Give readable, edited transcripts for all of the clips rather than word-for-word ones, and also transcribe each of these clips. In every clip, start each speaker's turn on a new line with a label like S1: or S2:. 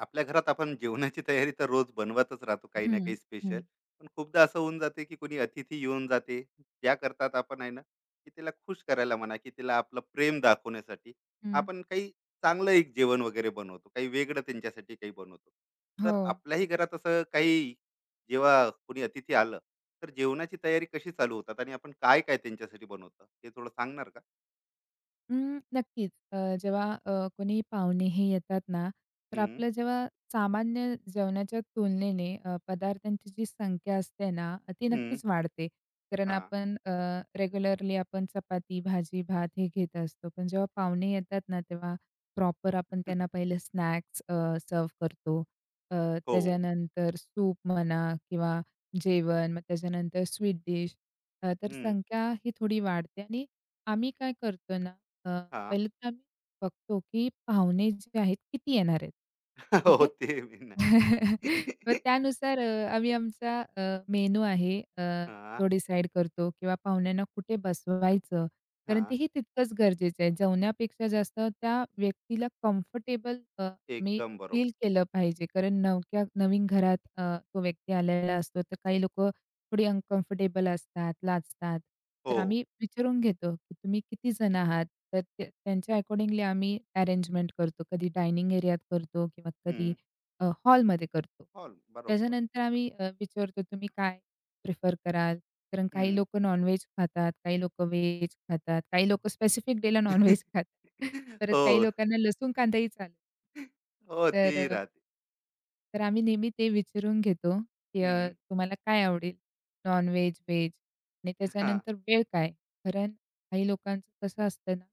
S1: आपल्या घरात आपण जेवणाची तयारी तर रोज बनवतच राहतो काही ना
S2: हं,
S1: काही
S2: हं,
S1: स्पेशल. पण खूपदा असं होऊन जाते की कोणी अतिथी येऊन जाते त्या करतात आपण आहे ना की त्याला खुश करायला म्हणा की त्याला आपलं प्रेम दाखवण्यासाठी
S2: हं.
S1: आपण काही चांगलं एक जेवण वगैरे बनवतो काही वेगळं त्यांच्यासाठी काही बनवतो.
S2: हो.
S1: तर आपल्याही घरात असं काही जेव्हा कोणी अतिथी आलं तर जेवणाची तयारी कशी चालू होतात आणि आपण काय काय त्यांच्यासाठी बनवतो ते थोडं सांगणार का?
S2: नक्कीच. जेव्हा कोणी पाहुणे हे येतात ना, तर
S1: हम्म.
S2: आपलं जेव्हा सामान्य जेवणाच्या तुलनेने पदार्थांची जी संख्या असते ना, ती
S1: हम्म.
S2: नक्कीच वाढते. कारण
S1: हा.
S2: आपण रेग्युलरली आपण चपाती, भाजी, भात हे घेत असतो. पण जेव्हा पाहुणे येतात ना, तेव्हा प्रॉपर आपण त्यांना पहिले स्नॅक्स करतो. अ,
S1: हो.
S2: त्याच्यानंतर सूप म्हणा किंवा जेवण, मग त्याच्यानंतर स्वीट डिश. तर
S1: हम्म.
S2: संख्या ही थोडी वाढते आणि आम्ही काय करतो ना, अ,
S1: हा.
S2: पहिले तर आम्ही बघतो, की पाहुणे जे आहेत किती येणार आहेत. ठीक
S1: हो,
S2: आहे.
S1: ते मी नाही.
S2: मग त्यानुसार आम्ही आमचा मेनू आहे
S1: हां,
S2: तो डिसाईड करतो किंवा पाहुण्यांना कुठे बसवायचं. कारण
S1: हां.
S2: तेही तितकंच गरजेचं आहे. जेवण्यापेक्षा जास्त त्या व्यक्तीला कम्फर्टेबल मी
S1: एकदम बरोबर.
S2: फील केलं पाहिजे. कारण नवक्या नवीन घरात तो व्यक्ती आलेला असतो, तर काही लोकं थोडी अनकम्फर्टेबल असतात, लाजतात. तर
S1: हो.
S2: आम्ही विचारून घेतो, की तुम्ही किती जण आहात? तर ते त्यांच्या अकॉर्डिंगली आम्ही अरेंजमेंट करतो. कधी डायनिंग एरियात करतो किंवा कधी
S1: हं.
S2: हॉलमध्ये करतो.
S1: हॉल बरोबर.
S2: त्याच्यानंतर आम्ही विचारतो, "तुम्ही काय प्रिफर कराल?" कारण काही
S1: हं.
S2: लोक नॉन-व्हेज खातात, काही लोक व्हेज खातात, काही लोकं स्पेसिफिक डेला नॉन खातात. परत काही
S1: हो.
S2: लोकांना लसूण कांदाही चालेल.
S1: हो, तेही
S2: तर
S1: राहते.
S2: तर आम्ही नेहमी ते विचारून घेतो, की
S1: हं.
S2: तुम्हाला काय आवडेल? नॉन-व्हेज, व्हेज आणि
S1: हां.
S2: त्याच्यानंतर वेळ काय? कारण काही लोकांचं कसं असतं ना,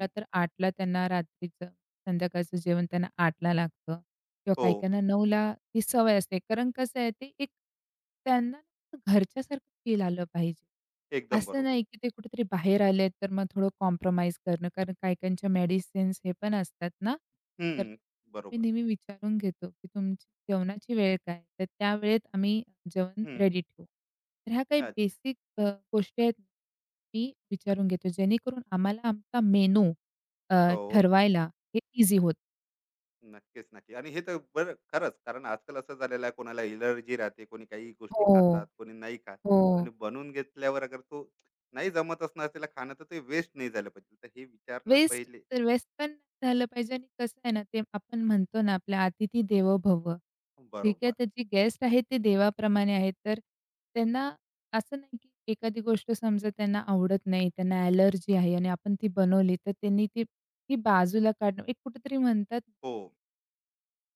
S2: का तर 8:00ला त्यांना रात्रीचं, संध्याकाळचं जेवण त्यांना 8:00ला लागतं किंवा
S1: हो,
S2: काही-काहींना 9:00ला ती सवय असते. कारण कसं आहे, ते एक त्यांना घरच्यासारखं फील आलं पाहिजे.
S1: एकदम
S2: असं
S1: बरोबर.
S2: नाही, की ते कुठेतरी बाहेर आलेत, तर मग थोडं कॉम्प्रोमाईज करणं. कारण काही-काहींच्या मेडिसिन्स हे पण असतात ना, तर
S1: हं.
S2: मी
S1: बरोबर.
S2: नेहमी विचारून घेतो, की तुमची जेवणाची वेळ काय? तर त्यावेळेत आम्ही जेवण
S1: हं.
S2: रेडी ठेवू. तर ह्या काही
S1: अच्छा.
S2: बेसिक गोष्टी आहेत, मी विचारून घेतो, जेणेकरून आम्हाला आमचा मेनू
S1: हो.
S2: ठरवायला हे ईझी होतं.
S1: नक्कीच, नक्की. आणि हे तर बरं खरंच, कारण आजकाल असं झालेलं आहे, कोणाला एलर्जी राहते, कोणी काही गोष्टी
S2: हो,
S1: खातात, कोणी नाही खात.
S2: हो.
S1: आणि बनवून घेतल्यावर अगर तो नाही जमत असणार त्याला खाणं तर ते वेस्ट नाही झालं पाहिजे. तर हे विचारणं
S2: वेस्ट
S1: पहिले.
S2: तर वेस्ट पण नाही झालं पाहिजे आणि कसं आहे ना, ते आपण म्हणतो ना, आपल्या "अतिथी देवो भव." ठीक आहे,
S1: बरोबर.
S2: तर जे गेस्ट आहेत ते देवाप्रमाणे आहेत. तर त्यांना असं नाही, की एखादी गोष्ट समजा त्यांना आवडत नाही, त्यांना ॲलर्जी आहे आणि आपण ती बनवली, तर त्यांनी ती ती बाजूला काढणं, एक कुठेतरी म्हणतात,
S1: हो,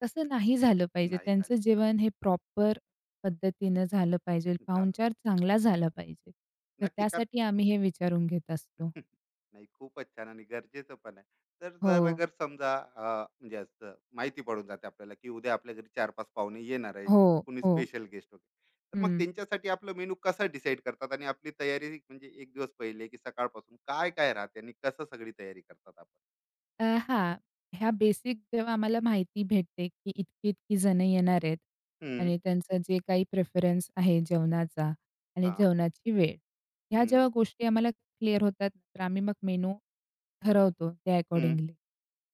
S2: तसं नाही झालं पाहिजे.
S1: नाही
S2: त्यांचं
S1: झालं.
S2: जेवण हे प्रॉपर पद्धतीनं झालं पाहिजे.
S1: झालं.
S2: पाहुणचार चांगला झाला पाहिजे. तर
S1: नक्की कर.
S2: त्यासाठी आम्ही हे विचारून घेत असतो.
S1: नाही, खूपच छान आणि गरजेचं पण आहे. तर जर
S2: हो.
S1: अगर समजा म्हणजे असं माहिती पडून जाते आपल्याला की उद्या आपल्या घरी चार पाच पाहुणे येणार आहे,
S2: हो,
S1: कुणी
S2: हो.
S1: स्पेशल गेस्ट वगैरे. तर मग
S2: हं.
S1: त्यांच्यासाठी आपलं मेनू कसं डिसाईड करतात आणि आपली तयारी म्हणजे एक दिवस पहिले की सकाळपासून काय काय राहते आणि कसं सगळी तयारी करतात आपण?
S2: हां. ह्या बेसिक जेव्हा आम्हाला माहिती भेटते, की इतकी-इतकी जणं येणार आहेत
S1: हम्म.
S2: आणि त्यांचं जे काही प्रेफरन्स आहे जेवणाचा आणि
S1: हा.
S2: जेवणाची वेळ. ह्या जेव्हा
S1: हम्म.
S2: गोष्टी आम्हाला क्लिअर होतात, तर आम्ही मग मेनू ठरवतो त्या
S1: हम्म.
S2: अकॉर्डिंगली.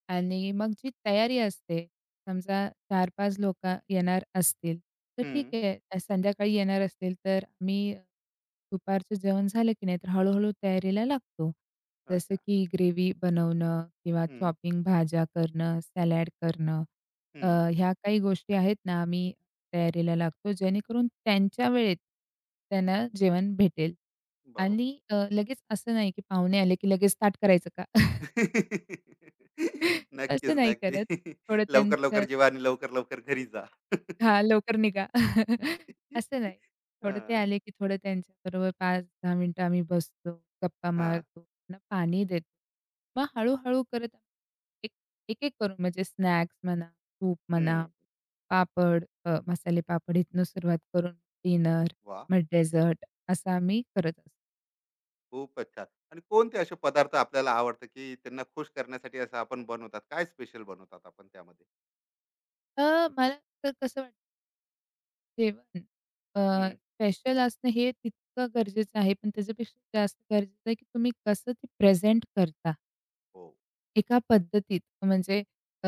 S2: आणि मग जी तयारी असते, समजा 4-5 लोकं येणार असतील, तर ठीक
S1: हम्म.
S2: आहे. संध्याकाळी येणार असतील, तर मी दुपारचं जेवण झालं की नाही, तर हळू तयारीला लागतो. जसं
S1: अच्छा.
S2: की ग्रेव्ही बनवणं किंवा
S1: हम्म.
S2: चॉपिंग भाज्या करणं, सॅलॅड करणं. अ,
S1: हम्म.
S2: ह्या काही गोष्टी आहेत ना, आम्ही तयारीला लागतो, जेणेकरून त्यांच्या वेळेत त्यांना जेवण भेटेल.
S1: बरोबर.
S2: आणि लगेच असं नाही, की पाहुणे आले, की लगेच ताट करायचं का? असं
S1: नक्कीच
S2: नाही करत.
S1: नक्की.
S2: थोडं
S1: लवकर
S2: त्यांच्या
S1: लवकर जेवा आणि लवकर लवकर घरी जा.
S2: हां, लवकर निघा. असं नाही. थोडं ते
S1: हां,
S2: आले, की थोडं त्यांच्याबरोबर 5-10 मिनिटं आम्ही बसतो, गप्पा
S1: हां.
S2: मारतो, त्यांना पाणी देतो. मग हळू-हळू करत एक एक-एक करून म्हणजे स्नॅक्स म्हणा, तूप म्हणा,
S1: हं.
S2: पापड, मसाले पापड इथनं सुरुवात करून डिनर,
S1: वाह!
S2: मग डेझर्ट असं आम्ही करत असतो.
S1: खूपच छान. आणि कोणते असे पदार्थ आपल्याला आवडतात, की त्यांना खुश करण्यासाठी असं आपण बनवतात? काय स्पेशल बनवतात आपण त्यामध्ये?
S2: मला तर कसं वाटतं, जेवण
S1: हं.
S2: स्पेशल असणं हे तितकं गरजेचं आहे, पण त्याच्यापेक्षा जास्त गरजेचं आहे, की तुम्ही कसं ते प्रेझेंट करता.
S1: हो.
S2: एका पद्धतीत म्हणजे, अ,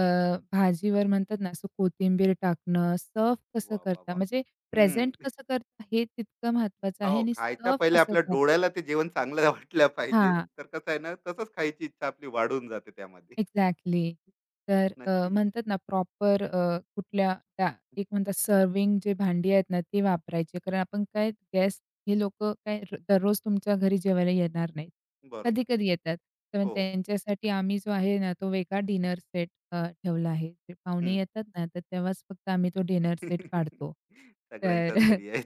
S2: भाजीवर म्हणतात ना, असं कोथिंबीर टाकणं, सर्व्ह कसं
S1: वा वा
S2: करता?
S1: वा.
S2: म्हणजे प्रेझेंट
S1: हं.
S2: कसं करता हे तितकं महत्त्वाचं आहे
S1: हो,
S2: आणि
S1: खायच्या
S2: सर्व्ह
S1: पहिले
S2: कसं
S1: आपल्या
S2: करता?
S1: डोळ्याला ते जेवण चांगलं वाटलं पाहिजे.
S2: हां.
S1: तर कसं आहे ना, तसंच खायची इच्छा आपली वाढून जाते त्यामध्ये.
S2: एक्झॅक्टली. तर
S1: नक्कीच.
S2: म्हणतात ना प्रॉपर, कुठल्या त्या एक म्हणतात सर्विंग जे भांडी आहेत ना, ती वापरायची. कारण आपण काय, गेस्ट हे लोकं काय र दररोज तुमच्या घरी जेवायला येणार नाहीत.
S1: बरोबर. आहे.
S2: कधी-कधी येतात. तर
S1: हो.
S2: त्यांच्यासाठी आम्ही जो आहे ना, तो वेगळा डिनर सेट ठेवला आहे. ते पाहुणे
S1: हं.
S2: येतात ना, तर तेव्हाच फक्त आम्ही तो डिनर सेट काढतो. तर
S1: सगळ्यांच्याच घरी आहे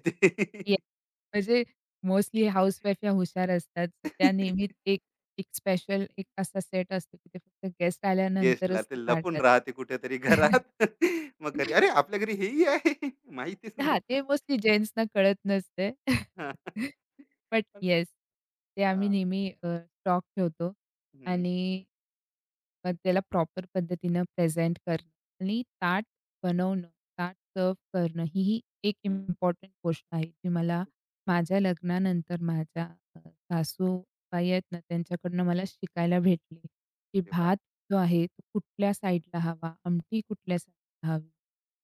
S2: या
S1: ते.
S2: म्हणजे मोस्टली हाउसवाईफ ह्या हुशार असतात. तर त्या नेहमीच एक एक स्पेशल एक असा सेट असतो, की ते फक्त गेस्ट
S1: गेस्टला
S2: आल्यानंतरच
S1: ते
S2: तो
S1: लपून
S2: काढतात.
S1: राहते कुठेतरी घरात. मग घरी, "अरे! आपल्या घरी हेही आहे." माहितीच
S2: हां,
S1: नव्हतं.
S2: ते मोस्टली जेन्ट्सना कळत नसते.
S1: हां.
S2: बट
S1: पण
S2: येस, ते आम्ही
S1: हां.
S2: नेहमी स्टॉक ठेवतो
S1: हं.
S2: आणि मग त्याला प्रॉपर पद्धतीनं प्रेझेंट करणं आणि ताट बनवणं, ताट सर्व्ह करणं ही ही एक इम्पॉर्टंट गोष्ट आहे, जी मला माझ्या लग्नानंतर माझ्या सासूबाई आहेत ना, त्यांच्याकडनं मला शिकायला भेटली, की
S1: अरे वा.
S2: भात जो आहे तो कुठल्या साईडला हवा, आमटी कुठल्या साईडला हवी,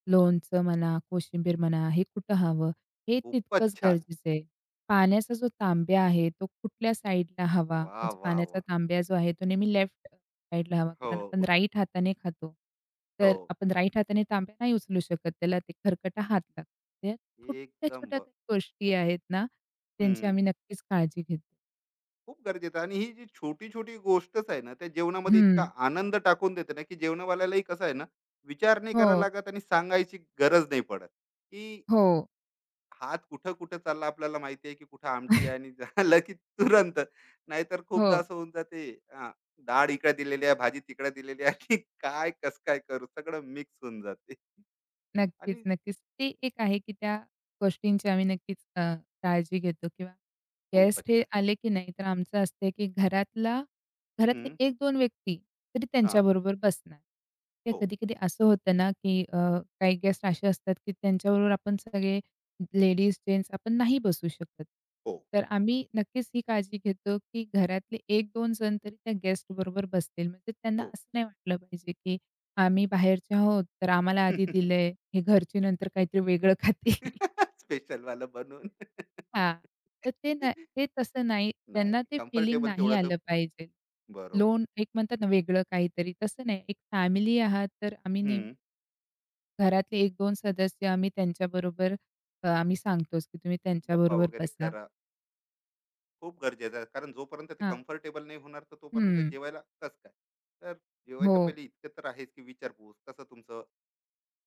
S2: लोणचं म्हणा, कोशिंबीर म्हणा, हे कुठं हवं, हे
S1: खूपच
S2: तितकंच
S1: छान.
S2: गरजेचं आहे. पाण्याचा जो तांब्या आहे, तो कुठल्या साईडला हवा,
S1: वाह,
S2: म्हणजे
S1: वाह,
S2: पाण्याचा
S1: वाह!
S2: तांब्या जो आहे, तो नेहमी लेफ्ट साईडला हवा, कारण
S1: हो,
S2: आपण राईट हाताने खातो.
S1: हो.
S2: तर आपण राईट हाताने तांब्या नाही उचलू शकत. त्याला ते खरकटा हात लागतो. या
S1: एकदम
S2: छोट्या-छोट्या
S1: ब.
S2: काही गोष्टी आहेत ना, त्यांची
S1: हं.
S2: आम्ही नक्कीच काळजी घेतो.
S1: खूप गरजेचं आहे आणि ही जी छोटी-छोटी गोष्टच आहे ना, त्या जेवणामध्ये इतका
S2: हं.
S1: आनंद टाकून देते ना, की जेवणावाल्यालाही कसं आहे ना, विचार नाही करावा
S2: हो,
S1: लागत आणि सांगायची गरज नाही पडत, की
S2: हो.
S1: हात कुठं कुठं चालला आपल्याला माहिती आहे की कुठं आमटी आहे आणि झालं की तुरंत. नाहीतर
S2: हो.
S1: खूपदा असं होऊन जाते हा, डाळ इकडे दिलेली आहे, भाजी तिकडे दिलेली आहे आणि काय कस काय करू, सगळं मिक्स होऊन जाते.
S2: नक्कीच,
S1: आणि
S2: नक्कीच. ते एक आहे, की त्या गोष्टींची आम्ही नक्कीच काळजी घेतो किंवा
S1: खूपच
S2: गेस्ट हे
S1: छान.
S2: आले की नाही, तर आमचं असते, की घरातले
S1: हम्म,
S2: 1-2 व्यक्ती तरी
S1: हा.
S2: त्यांच्याबरोबर बसणार. ते
S1: हो.
S2: कधी-कधी असं होतं ना, की काही गेस्ट असे असतात, की त्यांच्याबरोबर आपण सगळे लेडीज, जेंट्स आपण नाही बसू शकत.
S1: हो.
S2: तर आम्ही नक्कीच ही काळजी घेतो, की घरातले 1-2 जण तरी त्या गेस्ट बरोबर बसतील. म्हणजे त्यांना
S1: हो.
S2: असं नाही वाटलं पाहिजे, की आम्ही बाहेरचे आहोत, तर आम्हाला आधी दिलंय, हे घरचे नंतर काहीतरी वेगळं खातील.
S1: स्पेशल वाला बनवून.
S2: हां, तर ते नाही, ते तसं नाही.
S1: नाही,
S2: त्यांना ते फीलिंग
S1: कम्फर्टेबल
S2: नाही
S1: तेवढं तर.
S2: आलं पाहिजे.
S1: बरोबर.
S2: लोन एक म्हणतात ना वेगळं काहीतरी, तसं नाही. एक फॅमिली आहात, तर आम्ही नेहमी
S1: हम्म.
S2: घरातले 1-2 सदस्य आम्ही त्यांच्याबरोबर, आम्ही सांगतोच, की तुम्ही
S1: गप्पा
S2: त्यांच्याबरोबर
S1: वगैरे
S2: बसा.
S1: करा. खूप गरजेचं आहे, कारण जोपर्यंत ते
S2: हां,
S1: कम्फर्टेबल नाही होणार तर तोपर्यंत
S2: हं,
S1: जेवायला कस काय. तर
S2: हो,
S1: जेवायच्या पहिले इतकं तर आहेच की विचारपूस कसं तुमचं,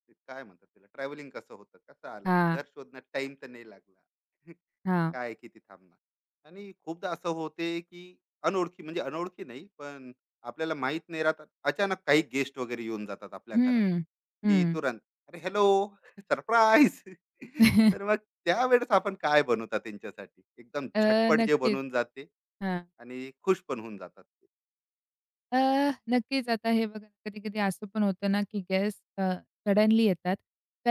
S1: ते काय म्हणतात त्याला, ट्रॅव्हलिंग कसं होतं, कसं आलं,
S2: हां,
S1: घर शोधण्यात टाइम तर नाही लागला?
S2: हां,
S1: काय किती थांबणार. आणि खूपदा असं होते की अनोळखी, म्हणजे अनोळखी नाही पण आपल्याला माहित नाही राहतात, अचानक काही गेस्ट वगैरे येऊन जातात आपल्या घरात,
S2: हं,
S1: की
S2: हं.
S1: तुरंत अरे हॅलो सरप्राईज. तर मग त्यावेळेस आपण काय बनवतात त्यांच्यासाठी एकदम
S2: अ,
S1: झटपट जे
S2: नक्कीच.
S1: बनवून जाते
S2: हां.
S1: आणि खुश पण होऊन जातात ते.
S2: अ, नक्कीच आता हे बघा, कधी-कधी असं पण होतं ना, की गॅस सडनली येतात.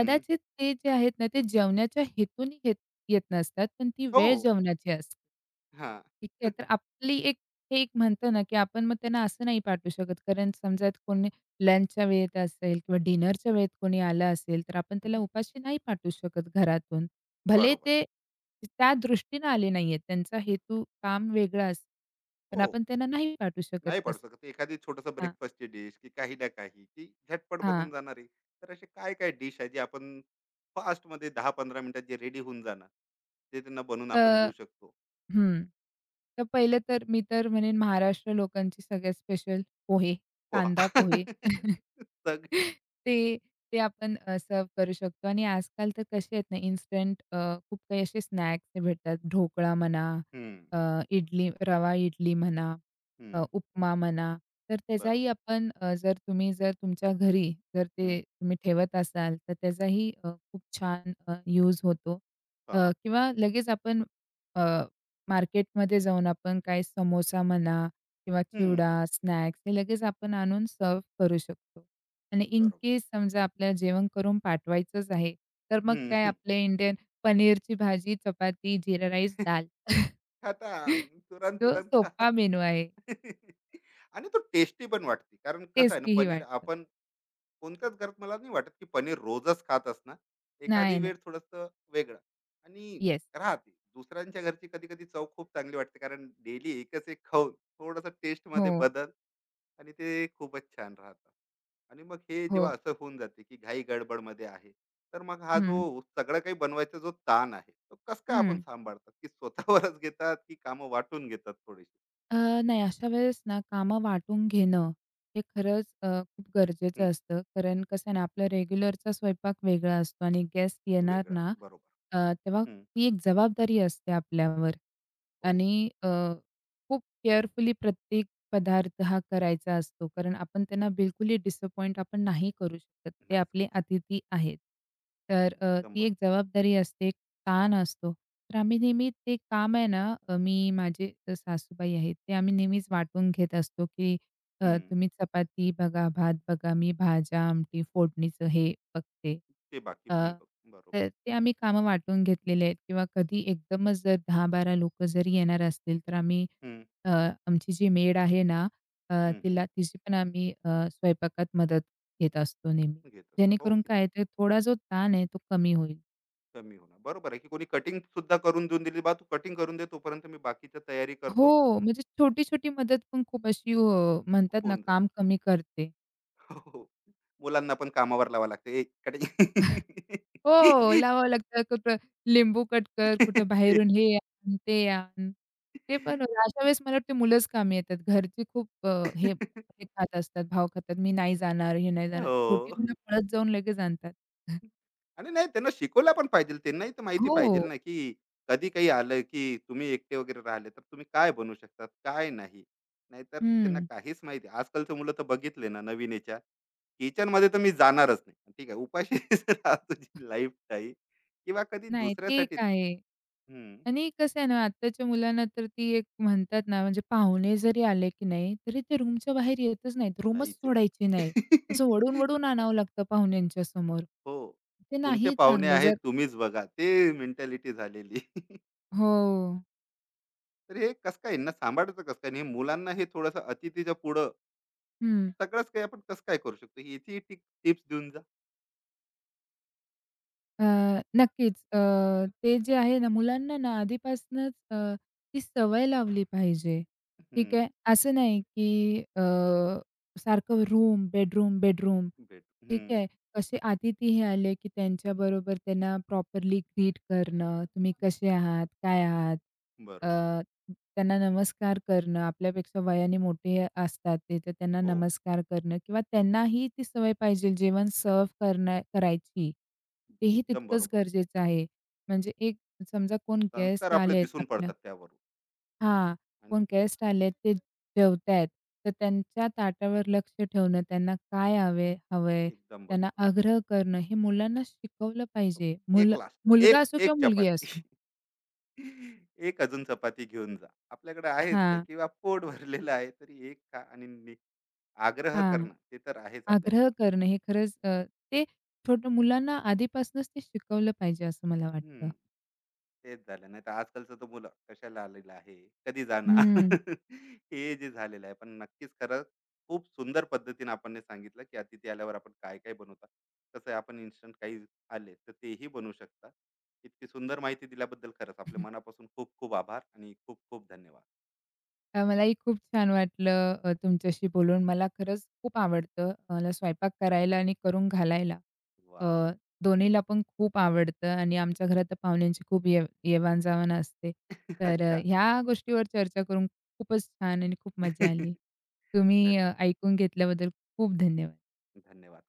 S1: हम्म.
S2: ते जे आहेत ना, ते जेवणाच्या हेतूने येत येत नसतात, पण ती
S1: हो.
S2: वेळ जेवणाची असते.
S1: हा.
S2: ठीक आहे. तर आपली एक हे एक म्हणतो ना, की आपण मग त्यांना असं नाही पाठवू शकत. कारण समजा कोणी लंचच्या वेळेत असेल किंवा डिनरच्या वेळेत कोणी आलं असेल, तर आपण त्याला उपाशी नाही पाठवू शकत घरातून. भले
S1: बरोबर.
S2: ते त्या दृष्टीनं आले नाहीयेत. त्यांचा हेतू काम वेगळा असेल, पण
S1: हो.
S2: आपण त्यांना नाही पाठवू शकत
S1: नाही पडू
S2: तसं.
S1: शकत. एखादी छोटंसं
S2: हां,
S1: ब्रेकफास्टची डिश की काही ना काही की झटपट बनून
S2: हां.
S1: जाणार आहे. तर असे काय काय डिश आहे जे आपण फास्टमध्ये 10-15 मिनिटात जे रेडी होऊन जाणार, ते त्यांना बनवून
S2: अ,
S1: आपण देऊ शकतो?
S2: हं. तर पहिले तर मी तर म्हणेन महाराष्ट्र लोकांची सगळ्यात स्पेशल पोहे,
S1: पोहा.
S2: कांदा पोहे.
S1: सगळी.
S2: ते ते आपण करू शकतो आणि आजकाल तर कसे आहेत ना इन्स्टंट, खूप काही असे स्नॅक्स ते भेटतात. ढोकळा म्हणा,
S1: हं,
S2: अ, इडली, रवा इडली म्हणा,
S1: हं.
S2: उपमा म्हणा. तर
S1: बरोबर.
S2: त्याचाही आपण, जर तुम्ही जर तुमच्या घरी जर
S1: हं.
S2: ते तुम्ही ठेवत असाल, तर त्याचाही खूप छान यूज होतो.
S1: हां.
S2: किंवा लगेच आपण मार्केटमध्ये जाऊन आपण काही समोसा म्हणा किंवा
S1: हं, हं.
S2: चिवडा, स्नॅक्स हे लगेच आपण आणून सर्व्ह करू शकतो. आणि इन
S1: बरोबर.
S2: केस समजा आपल्याला जेवण करून पाठवायचंच आहे, तर मग
S1: हं,
S2: काय
S1: हं.
S2: आपले इंडियन पनीरची भाजी, चपाती, जीरा राईस, दाल.
S1: खतम.
S2: तो
S1: तुरंत-तुरंत खा.
S2: सोपा मेनू आहे.
S1: आणि तो टेस्टी पण वाटते. कारण कसं आहे ना,
S2: टेस्टीही
S1: पनीर
S2: वाटतं.
S1: आपण कोणत्याच घरात मला नाही वाटत की पनीर रोजच खात असणार.
S2: नाही,
S1: एखादी
S2: नाही.
S1: वेळ थोडंसं वेगळं. आणि
S2: येस.
S1: राहते दुसऱ्यांच्या घरची कधी कधी चव खूप चांगली वाटते, कारण डेली एकच एक खाऊन थोड़स टेस्ट
S2: हो,
S1: मध्ये बदल आणि ते खूपच छान राहतं. आणि मग हे
S2: हो.
S1: जेव्हा असं होऊन जाते की घाई गडबडमध्ये आहे, तर मग हा जो
S2: हं,
S1: सगळं काही बनवायचा जो ताण आहे तो कसं काय आपण
S2: हं.
S1: सांभाळतात, की स्वतःवरच घेतात की कामं वाटून घेतात थोडीशी?
S2: अ, नाही, अशा वेळेस ना कामं वाटून घेणं हे खरंच खूप
S1: हं,
S2: गरजेचं असतं. कारण कसं आहे ना, आपलं रेग्युलरचा स्वयंपाक वेगळा असतो आणि गेस्ट येणार
S1: वेगळं
S2: ना,
S1: असतं, बरोबर.
S2: अ, तेव्हा
S1: हं,
S2: ती एक जबाबदारी असते आपल्यावर.
S1: हो.
S2: आणि खूप केअरफुली प्रत्येक पदार्थ हा करायचा असतो. कारण आपण त्यांना बिलकुलही डिसअपॉइंट आपण नाही करू शकत. ते
S1: नाहीच
S2: आपले
S1: करू शकत.
S2: अतिथी आहेत. तर
S1: एकदम
S2: ती एक
S1: बरोबर.
S2: जबाबदारी असते, एक ताण असतो. तर आम्ही नेहमी ते काम आहे ना, मी माझे सासूबाई आहेत, ते आम्ही नेहमीच वाटून घेत असतो, की
S1: हं.
S2: तुम्ही चपाती बघा, भात बघा, मी भाज्या, आमटी, फोडणीचं हे बघते.
S1: ते बाकी
S2: अ
S1: मी बघ. बरोबर.
S2: तर ते आम्ही कामं वाटून घेतलेले आहेत किंवा कधी एकदमच जर 10-12 लोकं जरी येणार असतील, तर आम्ही
S1: हं,
S2: अ, आमची जी मेड आहे ना, अ,
S1: हं.
S2: तिला तिची पण आम्ही स्वयंपाकात मदत घेत असतो नेहमी.
S1: घेत असतो. हो,
S2: जेणेकरून
S1: की नाही?
S2: काय, तर थोडा जो ताण आहे तो कमी होईल.
S1: कमी होणार. बरोबर आहे, की कोणी कटिंग सुद्धा करून देऊन दिली, "बा तू कटिंग करून दे, तोपर्यंत मी बाकीची तयारी
S2: हो,
S1: करतो."
S2: म्हणजे छोटी-छोटी मदत पण खूप अशी, म्हणतात ना,
S1: होऊन जातं.
S2: काम कमी करते.
S1: हो, हो. मुलांना पण कामावर लावावं लागतं. "ए कटिंग."
S2: हो, लावावं लागतं. कुठं लिंबू कट कर, कुठं
S1: ते.
S2: बाहेरून हे आण, ते आण. ते पण अशा वेळेस मला वाटते मुलंच कामी येतात. घरची खूप, हे हे खात असतात, भाव खातात. मी नाही जाणार, हे नाही जाणार. छोटी
S1: हो.
S2: मुलं पळत जाऊन लगेच आणतात.
S1: आणि नाही त्यांना शिकवला पण पाहिजे, त्यांनाही तर माहिती
S2: हो.
S1: पाहिजे ना की कधी काही आलं की तुम्ही एकटे वगैरे राहिले तर तुम्ही काय बनू शकतात काय नाही. नाहीतर त्यांना
S2: हं.
S1: काहीच माहिती. आजकालचं मुलं तर बघितले ना, नवीन याच्या किचन मध्ये तर मी जाणारच नाही. ठीक आहे, उपाशी राहा तुझी लाईफ टाईम. किंवा कधी
S2: नाही, ते
S1: दुसऱ्यासाठी.
S2: काय आहे.
S1: हम्म.
S2: आणि कसं आहे ना, आत्ताच्या मुलांना तर ती एक म्हणतात ना, म्हणजे पाहुणे जरी आले की नाही, तरी ते रूमच्या बाहेर येतच नाहीत. रूमच
S1: नाहीच
S2: सोडायची
S1: आहे.
S2: नाही. असं वळून-वळून आणावं लागतं पाहुण्यांच्या समोर.
S1: हो,
S2: ते
S1: तुमचे
S2: नाही
S1: पाहुणे
S2: चांगलं.
S1: आहेत
S2: जर
S1: तुम्हीच बघा ते. मेंटॅलिटी झालेली.
S2: हो.
S1: तर हे कसं काय यांना सांभाळायचं, कसं काय आणि हे मुलांना हे थोडंसं अतिथीच्या पुढं
S2: हं.
S1: सगळंच काही आपण कसं काय करू शकतो याची टिप्स देऊन जा.
S2: नक्कीच. ते जे आहे ना, मुलांना ना आधीपासूनच, ती सवय लावली पाहिजे. ठीक
S1: हम्म,
S2: आहे. असं नाही, की सारखं रूम, बेडरूम, बेडरूम.
S1: भेट.
S2: ठीक
S1: हम्म.
S2: आहे. असे अतिथी हे आले, की त्यांच्याबरोबर त्यांना प्रॉपरली ग्रीट करणं, तुम्ही
S1: हम्म,
S2: कसे आहात? काय आहात? अ
S1: बरोबर.
S2: त्यांना नमस्कार करणं, आपल्यापेक्षा वयाने मोठे असतात ते, तर त्यांना
S1: हो.
S2: नमस्कार करणं किंवा त्यांनाही ती सवय पाहिजे जेवण सर्व्ह करणं करायची. तेही
S1: एकदम
S2: तितकंच
S1: बरोबर.
S2: गरजेचं आहे. म्हणजे एक समजा कोण
S1: संस्कार
S2: गेस्ट
S1: आपले
S2: आलेत
S1: दिसून
S2: आपलं,
S1: पडतात त्यावरून.
S2: हां,
S1: आणि
S2: कोण गेस्ट आलेत, ते जेवतायत, तर त्यांच्या ताटावर लक्ष ठेवणं, त्यांना काय हवे हवंय,
S1: एकदम
S2: त्यांना
S1: बरोबर.
S2: आग्रह करणं हे मुलांना शिकवलं
S1: हो.
S2: पाहिजे.
S1: एक
S2: मुलं,
S1: लास्ट.
S2: मुलगा
S1: एक
S2: असो किंवा
S1: एक
S2: मुलगी
S1: चपाती.
S2: असो.
S1: एक अजून चपाती घेऊन जा आपल्याकडे आहेच ते
S2: हां,
S1: किंवा पोट भरलेलं आहे तरी एक खा आणि नि-, आग्रह
S2: हां.
S1: करणं ते तर आहेच आपल्याकडे.
S2: आग्रह करणं हे खरंच, ते छोट्या मुलांना आधीपासूनच ते शिकवलं पाहिजे असं मला वाटतं.
S1: हम्म. तेच झालं. नाहीतर आजकालचं तर मुलं कशाला आलेलं आहे, कधी जाणार?
S2: हं.
S1: हे जे झालेलं आहे. पण नक्कीच खरं. खूप सुंदर पद्धतीने आपण हे सांगितलं, की अतिथी आल्यावर आपण काय-काय बनवतात. कसं आहे आपण इन्स्टंट काही आले, तर तेही बनवू शकता. इतकी सुंदर माहिती दिल्याबद्दल खरंच आपल्या मनापासून खूप-खूप आभार आणि खूप-खूप धन्यवाद.
S2: मलाही खूप छान वाटलं तुमच्याशी बोलून. मला खरंच खूप आवडतं, मला स्वयंपाक करायला आणि करून घालायला. अ,
S1: वाह!
S2: दोन्हीला पण खूप आवडतं आणि आमच्या घरात तर पाहुण्यांची खूप येवाण-जावाण असते. तर
S1: अच्छा.
S2: ह्या गोष्टीवर चर्चा करून खूपच छान आणि खूप मजा आली. तुम्ही
S1: धन
S2: ऐकून घेतल्याबद्दल खूप धन्यवाद.
S1: धन्यवाद.